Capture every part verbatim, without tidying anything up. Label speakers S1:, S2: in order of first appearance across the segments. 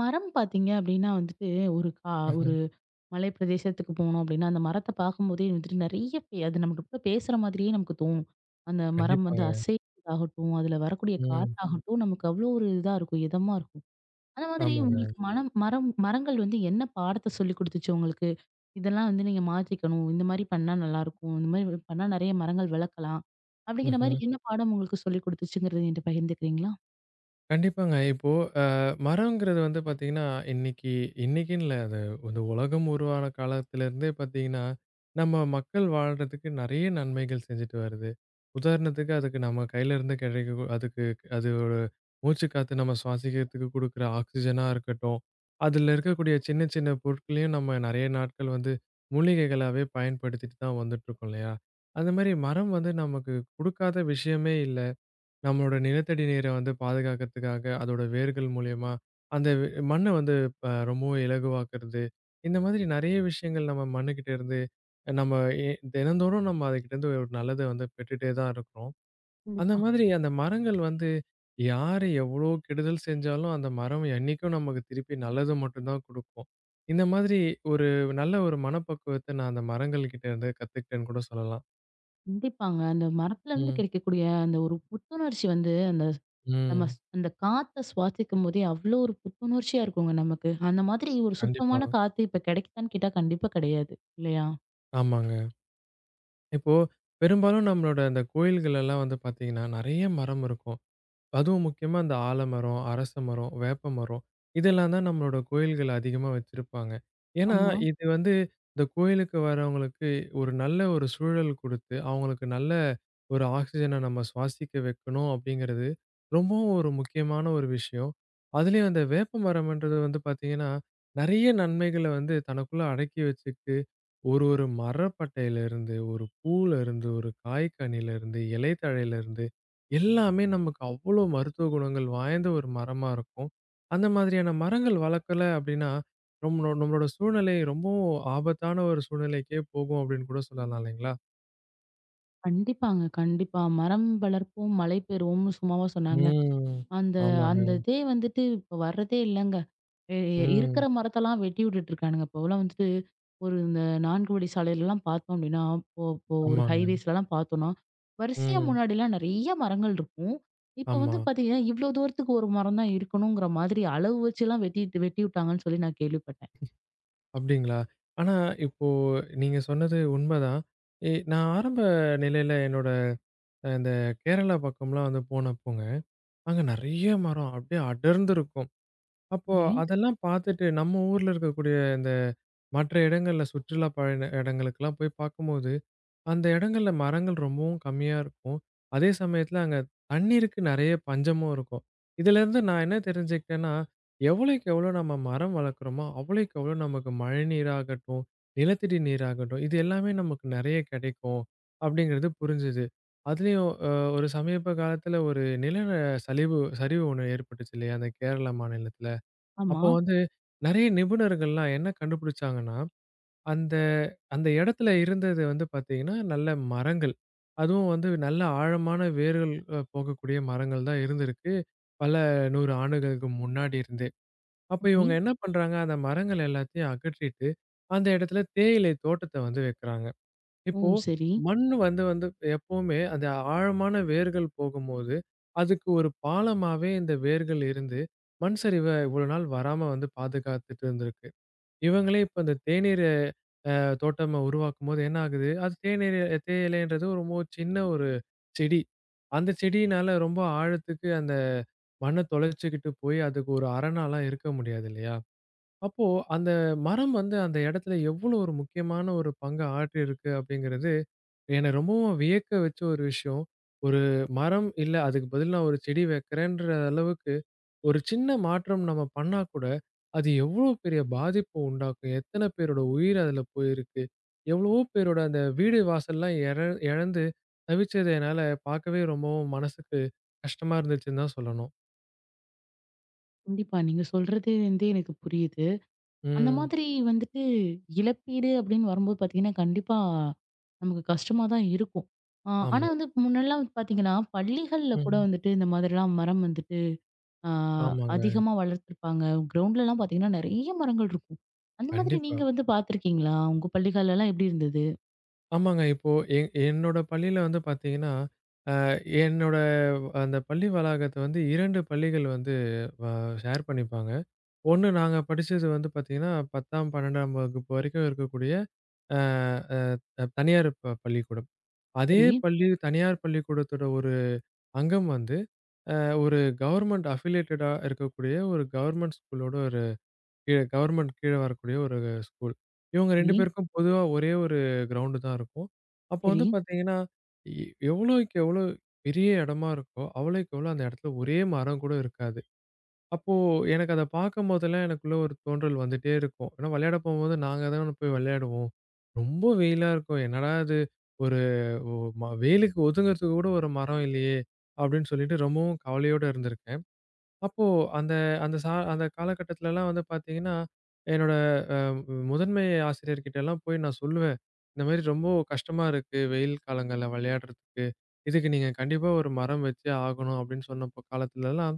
S1: மரம் பார்த்தீங்க அப்படின்னா வந்துட்டு, ஒரு கா
S2: ம்ஹ்ம்.
S1: ஒரு மலை பிரதேசத்துக்கு போனோம் அப்படின்னா, அந்த மரத்த பார்க்கும்போதே வந்துட்டு நெறைய பே அது நம்மகிட்ட பேசுற மாதிரியே நமக்கு தோணும். அந்த மரம் வந்து
S2: கண்டிப்பாங்க.
S1: அசைறதாகட்டும், அதில வரக்கூடிய
S2: ம்.
S1: காத்தாகட்டும், நமக்கு அவ்வளோ ஒரு இதா இருக்கும். இதமா இருக்கும். அந்த மாதிரி
S2: ஆமாங்க.
S1: உங்களுக்கு மனம் மரம் மரங்கள் வந்து என்ன பாடத்த சொல்லிக் குடுத்துச்சு உங்களுக்கு? இதெல்லாம் வந்து நீங்க மாத்திக்கணும். இந்த மாரி பண்ணா நல்லாயிருக்கும். இந்த மாரி வ் பண்ணா நெறைய மரங்கள் வளர்க்கலாம். அப்படிங்கிற மாரி
S2: ம்ஹ்ம்.
S1: என்ன பாடம் உங்களுக்கு சொல்லிக் குடுத்துச்சுங்கிறத என்ட்ட பகிர்ந்துக்கிறீங்களா?
S2: கண்டிப்பாங்க. இப்போ மரங்கிறது வந்து பார்த்தீங்கன்னா, இன்னைக்கு இன்னைக்குன்னு இல்ல. அது இந்த உலகம் உருவான காலத்திலேருந்தே பார்த்தீங்கன்னா, நம்ம மக்கள் வாழ்றதுக்கு நெறைய நன்மைகள் செஞ்சுட்டு வருது. உதாரணத்துக்கு அதுக்கு நம்ம கையில இருந்து கிடைக்க கூ- அதுக்கு அதோட மூச்சு காத்து நம்ம சுவாசிக்கிறதுக்கு குடுக்குற ஆக்ஸிஜனா இருக்கட்டும், அதில இருக்கக்கூடிய சின்ன சின்ன பொருட்களையும் நம்ம நெறைய நாட்கள் வந்து மூலிகைகளாவே பயன்படுத்திட்டு தான் வந்துட்டுருக்கோம் இல்லையா? அந்த மாரி மரம் வந்து நமக்கு குடுக்காத விஷயமே இல்ல. நம்மளோட நிலத்தடி நீரை வந்து பாதுகாக்கிறதுக்காக, அதோட வேர்கள் மூலியமா, அந்த வெ மண்ண வந்து ப ரொம்பவும் இலகுவாக்குறது. இந்த மாதிரி நெறைய விஷயங்கள் நம்ம மண்ணுகிட்ட இருந்து, அஹ், நம்ம எ தினந்தோறும் நம்ம அதுகிட்டருந்து ஒரு நல்லத வந்து பெற்றுட்டே தான் இருக்கிறோம். அந்த மாதிரி அந்த மரங்கள் வந்து யாரு எவ்ளோ கெடுதல் செஞ்சாலும், அந்த மரம் என்னைக்கும் நமக்கு திருப்பி நல்லது மட்டும் தான் குடுக்கும். இந்த மாதிரி ஒரு நல்ல ஒரு மனப்பக்குவத்த நான் அந்த மரங்கள் கிட்ட இருந்து கத்துக்கிட்டேன்னு கூட சொல்லலாம்.
S1: கண்டிப்பாங்க. அந்த மரத்துலருந்து
S2: ம்,
S1: கிடைக்கக்கூடிய அந்த ஒரு புத்துணர்ச்சி வந்து, அந்த நம்ம
S2: ம்.
S1: ஸ்- அந்த காத்த சுவாசிக்கும்போதே, அவ்ளோ ஒரு புத்துணர்ச்சியா இருக்குங்க நமக்கு. அந்த மாதிரி ஒரு
S2: கண்டிப்பா.
S1: சுத்தமான காத்து இப்ப கிடைக்குதான்னு கேட்டா கண்டிப்பா கிடையாது. இல்லையா?
S2: ஆமாங்க. இப்போ பெரும்பாலும் நம்மளோட அந்த கோயில்கள் எல்லாம் வந்து பார்த்தீங்கன்னா, நெறைய மரம் இருக்கும். அதுவும் முக்கியமா இந்த ஆலமரம், அரச மரம், வேப்ப மரம் இதெல்லாம் தான் நம்மளோட கோயில்கள் அதிகமா வச்சிருப்பாங்க. ஏன்னா,
S1: ஆமா.
S2: இது வந்து இந்த கோயிலுக்கு வரவங்களுக்கு ஒரு நல்ல ஒரு சூழல் குடுத்து, அவங்களுக்கு நல்ல ஒரு ஆக்ஸிஜன நம்ம சுவாசிக்க வைக்கணும் அப்படிங்கிறது ரொம்பவும் ஒரு முக்கியமான ஒரு விஷயம். அதுலயும் அந்த வேப்ப மரம்ன்றது வந்து பார்த்தீங்கன்னா, நெறைய நன்மைகள வந்து தனக்குள்ள அடக்கி வச்சுக்கு ஒரு ஒரு மரப்பட்டையிலிருந்து, ஒரு பூலருந்து, ஒரு காய்கனிலருந்து, இலைத்தழையிலருந்து எல்லாமே நமக்கு அவ்வளோ மருத்துவ குணங்கள் வாய்ந்த ஒரு மரமா இருக்கும். அந்த மாதிரியான மரங்கள் வளர்க்கல அப்படின்னா, நம்மளோ நம்மளோட சூழ்நிலை ரொம்பவும் ஆபத்தான ஒரு சூழ்நிலைக்கே போகும் அப்படின்னு கூட சொல்லலாம் இல்லைங்களா?
S1: கண்டிப்பாங்க. கண்டிப்பா. "மரம் வளர்ப்போம், மழை பெறுவோம்னு" சும்மாவா சொன்னாங்க?
S2: ம்.
S1: அந்த
S2: ஆமாங்க.
S1: அந்த இதே வந்துட்டு இப்ப வர்றதே இல்லங்க. எ எ
S2: ம்.
S1: இருக்கிற மரத்தெல்லாம் வெட்டி விட்டுட்டு இருக்கானுங்க. இப்போலாம் வந்துட்டு ஒரு இந்த நான்கு வழி சாலையிலலாம் பார்த்தோம் அப்டின்னா, இப்போ இப்போ ஒரு
S2: ஆமாங்க.
S1: ஹைவேஸ்லலாம் பார்த்தோம்னா, வரிசையா
S2: ம்.
S1: முன்னாடிலாம் நெறைய மரங்கள் இருக்கும். இப்ப
S2: ஆமா.
S1: வந்து பார்த்தீங்கன்னா, இவ்ளோ தூரத்துக்கு ஒரு மரம் தான் இருக்கணுங்கிற மாதிரி அளவு வச்சுலாம் வெட்டிட்டு வெட்டி விட்டாங்கன்னு சொல்லி நான் கேள்விப்பட்டேன்.
S2: அப்படிங்களா? ஆனா இப்போ நீங்க சொன்னது உண்மைதான். எ நான் ஆரம்ப நிலையில என்னோட அஹ், இந்த கேரளா பக்கம்லாம் வந்து போனப்போங்க அங்க நெறைய மரம். அப்படியே அடர்ந்து இருக்கும். அப்போ
S1: சரி.
S2: அதெல்லாம் பார்த்துட்டு நம்ம ஊர்ல இருக்கக்கூடிய இந்த மற்ற இடங்கள்ல சுற்றுலா பயண இடங்களுக்கெல்லாம் போய் பார்க்கும்போது, அந்த இடங்கள்ல மரங்கள் ரொம்பவும் கம்மியா இருக்கும். அதே சமயத்துல அங்க தண்ணீருக்கு நெறைய பஞ்சமும் இருக்கும். இதிலேருந்து நான் என்ன தெரிஞ்சுக்கிட்டேன்னா, எவ்வளோக்கு எவ்வளோ நம்ம மரம் வளர்க்குறோமோ, அவ்வளோக்கு எவ்வளோ நமக்கு மழை நீராகட்டும், நிலத்தடி நீராகட்டும், இது எல்லாமே நமக்கு நெறைய கிடைக்கும் அப்படிங்கிறது புரிஞ்சுது. அதுலயும் அ ஒரு சமீப காலத்துல ஒரு நில சலிவு சரிவு ஒண்ணு ஏற்பட்டுச்சு இல்லையா? அந்த கேரளா மாநிலத்துல.
S1: ஆமா.
S2: அப்போ வந்து நெறைய நிபுணர்கள்லாம் என்ன கண்டுபிடிச்சாங்கன்னா அந்த அந்த இடத்துல இருந்தது வந்து பார்த்தீங்கன்னா, நல்ல மரங்கள். அதுவும் வந்து நல்ல ஆழமான வேர்கள் அ போகக்கூடிய மரங்கள் தான் இருந்திருக்கு. பல நூறு ஆண்டுகளுக்கு முன்னாடி இருந்தே. அப்ப
S1: சரி.
S2: இவங்க என்ன பண்றாங்க, அந்த மரங்கள் எல்லாத்தையும் அகற்றிட்டு, அந்த இடத்துல தேயிலை தோட்டத்த வந்து வைக்கிறாங்க.
S1: ஓ!
S2: இப்போ
S1: சரி.
S2: மண் வந்து வந்து எப்பவுமே அந்த ஆழமான வேர்கள் போகும்போது, அதுக்கு ஒரு பாலமாவே இந்த வேர்கள் இருந்து, மண் சரிவ இவ்வளோ நாள் வராம வந்து பாதுகாத்துட்டு இருந்திருக்கு. இவங்களே இப்ப இந்த தேநீர அ தோட்டமா உருவாக்கும்போது என்ன ஆகுது, அது தேநீர் தேயிலைன்றது ரொம்ப சின்ன ஒரு செடி. அந்த செடியினால ரொம்ப ஆழத்துக்கு அந்த மண்ண தொலைச்சுக்கிட்டு போய் அதுக்கு ஒரு அரணாலாம் இருக்க முடியாது இல்லையா? அப்போ அந்த மரம் வந்து அந்த இடத்துல எவ்வளோ ஒரு முக்கியமான ஒரு பங்க ஆற்றியிருக்கு அப்படிங்கிறது, என்னை ரொம்பவும் வியக்க வச்ச ஒரு விஷயம். ஒரு மரம் இல்ல அதுக்கு பதில் நான் ஒரு செடி வைக்கிறேன்ற அளவுக்கு ஒரு சின்ன மாற்றம் நம்ம பண்ணா கூட, அது எவ்ளோ பெரிய பாதிப்ப உண்டாக்கும். எத்தன பேரோட உயிர் அதுல போயிருக்கு. எவ்வளவோ பேரோட அந்த வீடு வாசல்லாம் எழ இழந்து தவிச்சத என்னால பார்க்கவே ரொம்பவும் மனசுக்கு கஷ்டமா இருந்துச்சுன்னு தான் சொல்லணும்.
S1: கண்டிப்பா. நீங்க சொல்றது வந்து எனக்கு புரியுது. அந்த
S2: ம்.
S1: மாதிரி வந்துட்டு இழப்பீடு அப்படின்னு வரும்போது பார்த்தீங்கன்னா, கண்டிப்பா நமக்கு கஷ்டமா தான் இருக்கும். ஆ ஆனா
S2: ஆமா.
S1: வந்து முன்னல்லாம் வந்து பார்த்தீங்கன்னா, பள்ளிகள்ல கூட
S2: ம்.
S1: வந்துட்டு இந்த மாதிரிலாம் மரம் வந்துட்டு ஆ
S2: ஆமாங்க.
S1: அதிகமா வளர்த்துருப்பாங்க. கிரவுண்ட்லலாம் பார்த்தீங்கன்னா, நெறைய மரங்கள் இருக்கும். அந்த மாதிரி
S2: கண்டிப்பா.
S1: நீங்க வந்து பார்த்துருக்கீங்களா? உங்க பள்ளிகள்லலாம் எப்படி இருந்தது?
S2: ஆமாங்க. இப்போ எ என்னோட பள்ளியில வந்து பார்த்தீங்கன்னா, அ என்னோட அந்த பள்ளி வளாகத்த வந்து இரண்டு பள்ளிகள் வந்து வ ஷேர் பண்ணிப்பாங்க. ஒண்ணு நாங்க படிச்சது வந்து பார்த்தீங்கன்னா, பத்தாம் பன்னிரெண்டாம் வகுப்பு வரைக்கும் இருக்கக்கூடிய அ அ அ தனியார் ப பள்ளிக்கூடம். அதே
S1: சரி,
S2: பள்ளி தனியார் பள்ளிக்கூடத்தோட ஒரு அங்கம் வந்து, அ ஒரு கவர்ன்மெண்ட் அஃபிலியேட்டடா இருக்கக்கூடிய ஒரு கவர்ன்மெண்ட் ஸ்கூலோட ஒரு கீழ கவர்ன்மெண்ட் கீழ வரக்கூடிய ஒரு ஸ்கூல். இவங்க ரெண்டு
S1: சரி,
S2: பேருக்கும் பொதுவா ஒரே ஒரு கிரவுண்டு தான் இருக்கும். அப்போ
S1: சரி.
S2: வந்து பார்த்தீங்கன்னா, எ எவ்வளோக்கு எவ்வளோ பெரிய இடமா இருக்கோ, அவ்வளோக்கு எவ்வளோ அந்த இடத்துல ஒரே மரம் கூட இருக்காது. அப்போ எனக்கு அத பார்க்கும்போதெல்லாம் எனக்குள்ள ஒரு தோன்றல் வந்துட்டே இருக்கும். ஏன்னா விளையாட போம்போது நாங்க தான போய் விளையாடுவோம். ரொம்ப வெயிலா இருக்கும். என்னடா இது! ஒரு ஒ ம வெயிலுக்கு ஒதுங்குறதுக்கு கூட ஒரு மரம் இல்லையே! அப்டின்னு சொல்லிட்டு ரொம்பவும் கவலையோட இருந்திருக்கேன். அப்போ அந்த அந்த சா அந்த காலகட்டத்துலலாம் வந்து பார்த்தீங்கன்னா, என்னோட உம், முதன்மை ஆசிரியர்கிட்டலாம் போய் நான் சொல்லுவேன். இந்த மாரி ரொம்ப கஷ்டமா இருக்கு. வெயில் காலங்கள்ல விளையாடுறதுக்கு. இதுக்கு நீங்க கண்டிப்பா ஒரு மரம் வச்சே ஆகணும் அப்டின்னு சொன்ன காலத்துலலாம்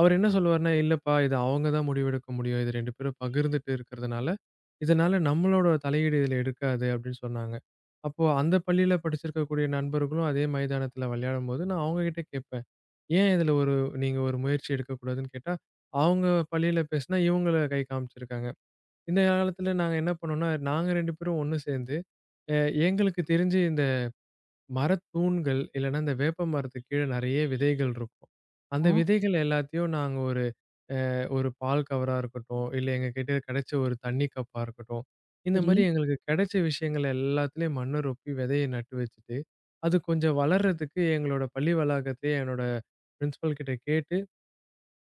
S2: அவர் என்ன சொல்லுவாருன்னா, "இல்லப்பா, இது அவங்க தான் முடிவெடுக்க முடியும். இது ரெண்டு பேரும் பகிர்ந்துட்டு இருக்கிறதுனால, இதனால நம்மளோட தலையீடு இதில இருக்காது." அப்படின்னு சொன்னாங்க. அப்போ அந்த பள்ளியில படிச்சிருக்கக்கூடிய நண்பர்களும் அதே மைதானத்தில விளையாடும்போது, நான் அவங்ககிட்ட கேட்பேன். "ஏன் இதில ஒரு நீங்க ஒரு முயற்சி எடுக்கக்கூடாதுன்னு?" கேட்டா, அவங்க பள்ளியில பேசினா, இவங்கள கை காமிச்சிருக்காங்க. இந்த காலத்தில நாங்க என்ன பண்ணோம்னா, நாங்க ரெண்டு பேரும் ஒண்ணு சேர்ந்து, அ எங்களுக்கு தெரிஞ்சு இந்த மரத்தூண்கள் இல்லன்னா, இந்த வேப்ப மரத்துக்கு கீழ நெறைய விதைகள் இருக்கும். அந்த
S1: ஆ,
S2: விதைகள் எல்லாத்தையும் நாங்க ஒரு அ ஒரு பால் கவரா இருக்கட்டும், இல்ல எங்ககிட்ட கிடைச்ச ஒரு தண்ணி கப்பா இருக்கட்டும். இந்த
S1: சரி.
S2: மாரி ம். எங்களுக்கு கிடைச்ச விஷயங்கள் எல்லாத்துலயும் மண்ண ரொப்பி விதைய நட்டு வச்சுட்டு, அது கொஞ்சம் வளர்றதுக்கு எங்களோட பள்ளி வளாகத்திலேயே என்னோட பிரின்சிபல் கிட்ட கேட்டு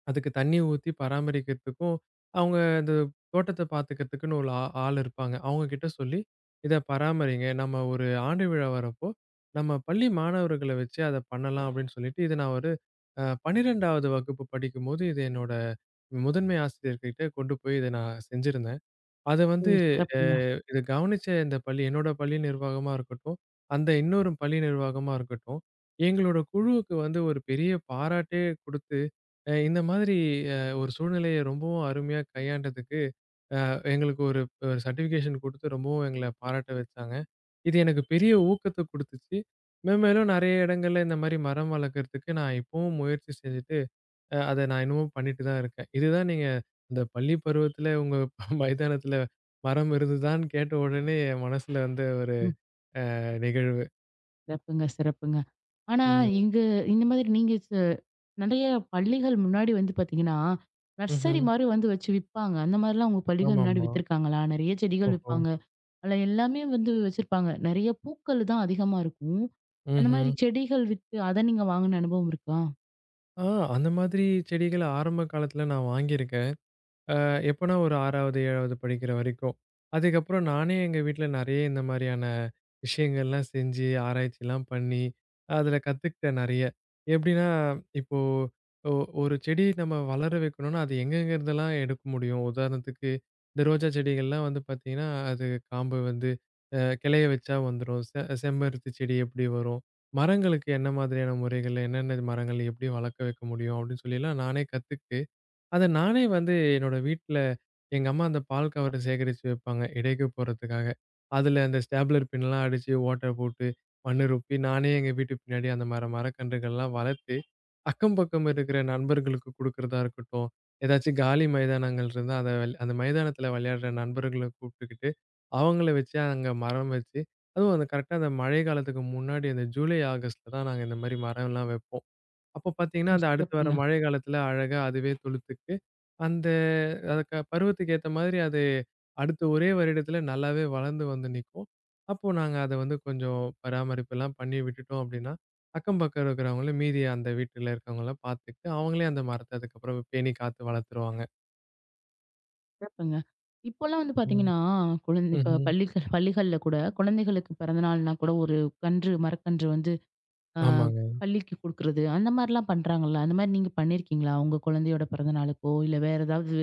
S2: அதுக்கு தண்ணி ஊத்தி பராமரிக்கிறதுக்கும், அவங்க அந்த தோட்டத்த பார்த்துக்கிறதுக்குன்னு ஒரு ஆ ஆள் இருப்பாங்க. அவங்க கிட்ட சொல்லி, "இத பராமரிங்க. நம்ம ஒரு ஆண்டு விழா வரப்போ, நம்ம பள்ளி மாணவர்கள வச்சு அத பண்ணலாம்." அப்படின்னு சொல்லிட்டு, இத நான் ஒரு அ பன்னிரெண்டாவது வகுப்பு படிக்கும்போது, இது என்னோட முதன்மை ஆசிரியர்கிட்ட கொண்டு போய் இத நான் செஞ்சிருந்தேன். அத
S1: ஓ!
S2: வந்து அ
S1: சிறப்புங்க.
S2: இத கவனிச்ச இந்த பள்ளி என்னோட பள்ளி நிர்வாகமா இருக்கட்டும், அந்த இன்னொரு பள்ளி நிர்வாகமா இருக்கட்டும், எங்களோட குழுவுக்கு வந்து ஒரு பெரிய பாராட்டே குடுத்து, அ இந்த மாதிரி அ ஒரு சூழ்நிலைய ரொம்பவும் அருமையா கையாண்டதுக்கு எங்களுக்கு ஒரு ஒரு சர்டிஃபிகேஷன் குடுத்து ரொம்பவும் எங்கள பாராட்ட வச்சாங்க. இது எனக்கு பெரிய ஊக்கத்த குடுத்துச்சு. மேன்மேலும் நெறைய இடங்கள்ல இந்த மாரி மரம் வளர்க்கறதுக்கு நான் இப்பவும் முயற்சி செஞ்சுட்டு அ அத நான் இன்னமும் பண்ணிட்டு தான் இருக்கேன். இதுதான் நீங்க இந்த பள்ளி பருவத்தில உங்க மைதானத்தில மரம் இருந்ததான்னு கேட்ட உடனே என் மனசுல வந்து ஒரு
S1: ம்.
S2: நிகழ்வு.
S1: சிறப்புங்க, சிறப்புங்க. ஆனா,
S2: ம்.
S1: இங்க இந்த மாதிரி நீங்க ச நெறைய பள்ளிகள் முன்னாடி வந்து பார்த்தீங்கன்னா,
S2: ம்ஹ்ம்.
S1: நர்சரி மாரி வந்து வச்சு விப்பாங்க. அந்த மாரிலாம் உங்க பள்ளிகள் முன்னாடி
S2: ஆமாமா.
S1: வித்துருக்காங்களா? நெறைய செடிகள்
S2: ஓஹோ!
S1: விப்பாங்க. அதுல எல்லாமே வந்து வச்சிருப்பாங்க. நெறைய பூக்கள் தான் அதிகமா இருக்கும். அந்த
S2: ம்ஹ்ம்.
S1: மாரி செடிகள் வித்து, அத நீங்க வாங்குன அனுபவம் இருக்கா?
S2: ஆ அந்த மாதிரி செடிகள ஆரம்ப காலத்தில நான் வாங்கியிருக்கேன். எப்போனா ஒரு ஆறாவது ஏழாவது படிக்கிற வரைக்கும். அதுக்கப்புறம் நானே எங்க வீட்ல நெறைய இந்த மாரியான விஷயங்கள்லாம் செஞ்சு, ஆராய்ச்சிலாம் பண்ணி, அதில கத்துக்கிட்டேன் நெறைய. எப்படின்னா, இப்போ ஒ ஒரு செடி நம்ம வளர வைக்கணும்னா, அது எங்கெங்கருந்தெல்லாம் எடுக்க முடியும்? உதாரணத்துக்கு, இந்த ரோஜா செடிகள்லாம் வந்து பார்த்தீங்கன்னா, அது காம்பு வந்து அ கிளைய வச்சா வந்துரும். செ செம்பருத்தி செடி எப்படி வரும்? மரங்களுக்கு என்ன மாதிரியான முறைகள்ல, என்னென்ன மரங்கள் எப்படி வளர்க்க வைக்க முடியும்? அப்படின்னு சொல்லிலாம் நானே கத்துக்கிட்டு, அத நானே வந்து என்னோட வீட்ல எங்க அம்மா அந்த பால் கவர சேகரிச்சு வைப்பாங்க, எடைக்கு போடுறதுக்காக. அதுல அந்த ஸ்டேப்லர் பின்லாம் அடிச்சு ஓட்ட போட்டு, மண்ணு ரொப்பி நானே எங்க வீட்டு பின்னாடி அந்த மர மரக்கன்றுகள்லாம் வளர்த்து, அக்கம் பக்கம் இருக்கிற நண்பர்களுக்கு குடுக்குறதா இருக்கட்டும், ஏதாச்சும் காலி மைதானங்கள் இருந்தா அத வெள் அந்த மைதானத்துல விளையாடுற நண்பர்கள கூப்பிட்டுக்கிட்டு, அவங்கள வச்சு அங்க மரம் வச்சு, அதுவும் அந்த கரெக்ட்டா அந்த மழை காலத்துக்கு முன்னாடி அந்த ஜூலை, ஆகஸ்ட்ல தான் நாங்க இந்த மாரி மரம்லாம் வைப்போம். அப்போ பார்த்தீங்கன்னா,
S1: ம்.
S2: அது அடுத்து வர
S1: சிறப்புங்க,
S2: மழை காலத்துல அழகா அதுவே துளுர்த்துக்கு, அந்த அதுக்கு பருவத்துக்கு ஏத்த மாதிரி அது அடுத்து ஒரே வருடத்துல நல்லாவே வளர்ந்து வந்து நிக்கும். அப்போ நாங்க அத வந்து கொஞ்சம் பராமரிப்பெல்லாம் பண்ணி விட்டுட்டோம் அப்படின்னா, அக்கம் பக்கம் இருக்கிறவங்களும் மீதி அந்த வீட்டுல இருக்கிறவங்கலாம் பார்த்துக்கிட்டு, அவங்களே அந்த மரத்த அதுக்கப்புறம் பேணி காத்து வளர்த்துருவாங்க.
S1: சிறப்புங்க. இப்போலாம் வந்து
S2: ம்.
S1: பார்த்தீங்கன்னா, குழந்தை இப்ப
S2: ம்ஹ்ம்.
S1: பள்ளிகள் பள்ளிகள்ல கூட குழந்தைகளுக்கு பிறந்தநாள்னா கூட ஒரு கன்று மரக்கன்று வந்து ஆ
S2: ஆமாங்க.
S1: பள்ளிக்கு குடுக்குறது, அந்த மாரிலாம் பண்றாங்கல்ல. அந்த மாரி நீங்க பண்ணியிருக்கீங்களா? உங்க குழந்தையோட பிறந்த நாளுக்கோ, இல்ல வேற ஏதாவது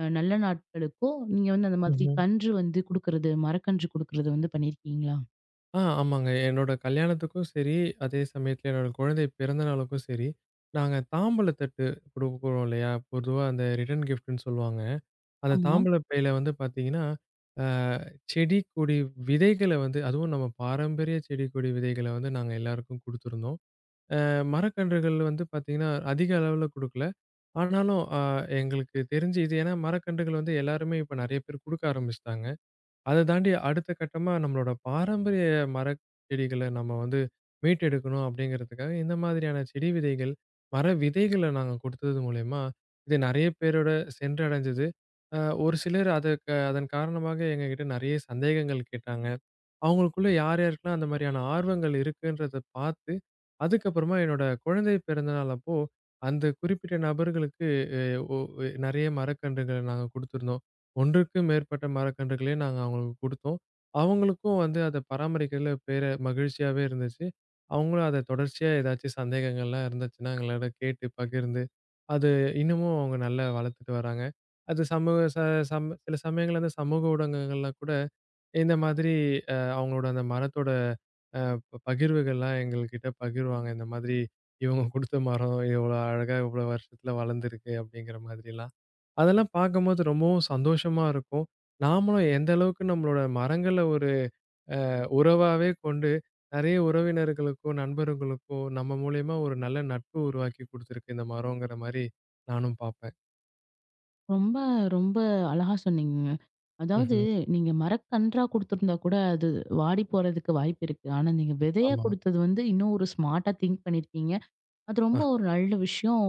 S1: அ நல்ல நாட்களுக்கோ, நீங்க வந்து அந்த மாதிரி
S2: ம்ஹ்ம்.
S1: கன்று வந்து குடுக்குறது, மரக்கன்று குடுக்குறது வந்து பண்ணியிருக்கீங்களா?
S2: ஆ ஆமாங்க. என்னோட கல்யாணத்துக்கும் சரி, அதே சமயத்துல என்னோட குழந்தை பிறந்த நாளுக்கும் சரி, நாங்க தாம்பூல தட்டு குடுக்குறோம் இல்லையா? பொதுவா அந்த ரிட்டர்ன் கிஃப்ட்ன்னு சொல்லுவாங்க. அந்த
S1: ஆமா.
S2: தாம்பூல பையில வந்து பாத்தீங்கன்னா, அ செடி, கொடி விதைகள வந்து அதுவும் நம்ம பாரம்பரிய செடி, கொடி விதைகள வந்து நாங்க எல்லாருக்கும் குடுத்துருந்தோம். அ மரக்கன்றுகள் வந்து பாத்தீங்கன்னா, அதிக அளவுல குடுக்கல. ஆனாலும், அ எங்களுக்கு தெரிஞ்சு இது ஏன்னா மரக்கன்றுகள் வந்து எல்லாருமே இப்ப நெறைய பேர் குடுக்க ஆரம்பிச்சுட்டாங்க. அத தாண்டி அடுத்த கட்டமா நம்மளோட பாரம்பரிய மரக் செடிகள நம்ம வந்து மீட்டெடுக்கணும் அப்படிங்கிறதுக்காக, இந்த மாதிரியான செடி விதைகள், மர விதைகள நாங்க குடுத்தது மூலியமா, இது நெறைய பேரோட சென்றடைஞ்சது. அ ஒரு சிலர் அதுக்கு அதன் காரணமாக எங்ககிட்ட நெறைய சந்தேகங்கள் கேட்டாங்க. அவங்களுக்குள்ள யார் யாருக்கெல்லாம் அந்த மாதிரியான ஆர்வங்கள் இருக்குன்றத பார்த்து, அதுக்கப்புறமா என்னோட குழந்தை பிறந்த நாள் அப்போ, அந்த குறிப்பிட்ட நபர்களுக்கு எ ஒ நெறைய மரக்கன்றுகள நாங்க குடுத்துருந்தோம். ஒன்றுக்கு மேற்பட்ட மரக்கன்றுகளே நாங்க அவங்களுக்கு குடுத்தோம். அவங்களுக்கும் வந்து அத பராமரிக்கிறதுல பேர மகிழ்ச்சியாவே இருந்துச்சு. அவங்களும் அத தொடர்ச்சியா ஏதாச்சும் சந்தேகங்கள்லாம் இருந்துச்சுன்னா, எங்களோட கேட்டு பகிர்ந்து, அது இன்னமும் அவங்க நல்லா வளர்த்துட்டு வராங்க. அது சமூக ச சம் சில சமயங்கள்ல அந்த சமூக ஊடகங்கள்ல கூட இந்த மாதிரி அ அவங்களோட அந்த மரத்தோட அ ப பகிர்வுகள்லாம் எங்கள்கிட்ட பகிர்வாங்க. இந்த மாதிரி இவங்க குடுத்த மரம் எவ்வளோ அழகா இவ்வளோ வருஷத்துல வளர்ந்துருக்கு அப்படிங்கிற மாதிரிலாம். அதெல்லாம் பார்க்கும்போது ரொம்பவும் சந்தோஷமா இருக்கும். நாமளும் எந்த அளவுக்கு நம்மளோட மரங்கள ஒரு உறவாவே கொண்டு நெறைய உறவினர்களுக்கும், நண்பர்களுக்கும் நம்ம மூலியமா ஒரு நல்ல நட்பு உருவாக்கி குடுத்துருக்கு இந்த மரங்கிற மாரி நானும் பார்ப்பேன்.
S1: ரொம்ப, ரொம்ப அழகா சொன்னீங்கங்க. அதாவது
S2: ம்ஹ்ம்.
S1: நீங்க மரக்கன்றா குடுத்துருந்தா கூட அது வாடி போறதுக்கு வாய்ப்பு இருக்கு. ஆனா நீங்க விதையா
S2: ஆமா.
S1: குடுத்தது வந்து இன்னும் ஒரு ஸ்மார்ட்டா திங்க் பண்ணியிருக்கீங்க. அது
S2: அ.
S1: ரொம்ப ஒரு நல்ல விஷயம்.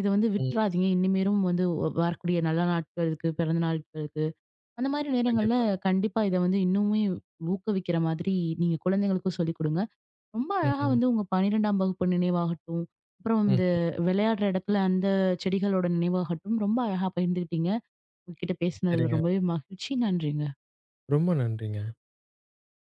S1: இத வந்து
S2: ம்.
S1: விட்றாதீங்க. இனிமேலும் வந்து வரக்கூடிய நல்ல நாட்களுக்கு, பிறந்த நாட்களுக்கு அந்த மாதிரி நேரங்கள்ல
S2: கண்டிப்பா.
S1: கண்டிப்பா இத வந்து இன்னுமே ஊக்குவிக்கிற மாதிரி நீங்க குழந்தைங்களுக்கும் சொல்லிக் கொடுங்க. ரொம்ப அழகா
S2: ம்ஹ்ம்.
S1: வந்து உங்க பன்னிரண்டாம் வகுப்பு நினைவாகட்டும், அப்புறம்
S2: ம்.
S1: இந்த விளையாடுற இடத்துல அந்த செடிகளோட நினைவாகட்டும் ரொம்ப அழகா பகிர்ந்துக்கிட்டீங்க. உங்ககிட்ட பேசினது
S2: சரிங்க.
S1: ரொம்பவே மகிழ்ச்சி. நன்றிங்க.
S2: ரொம்ப நன்றிங்க.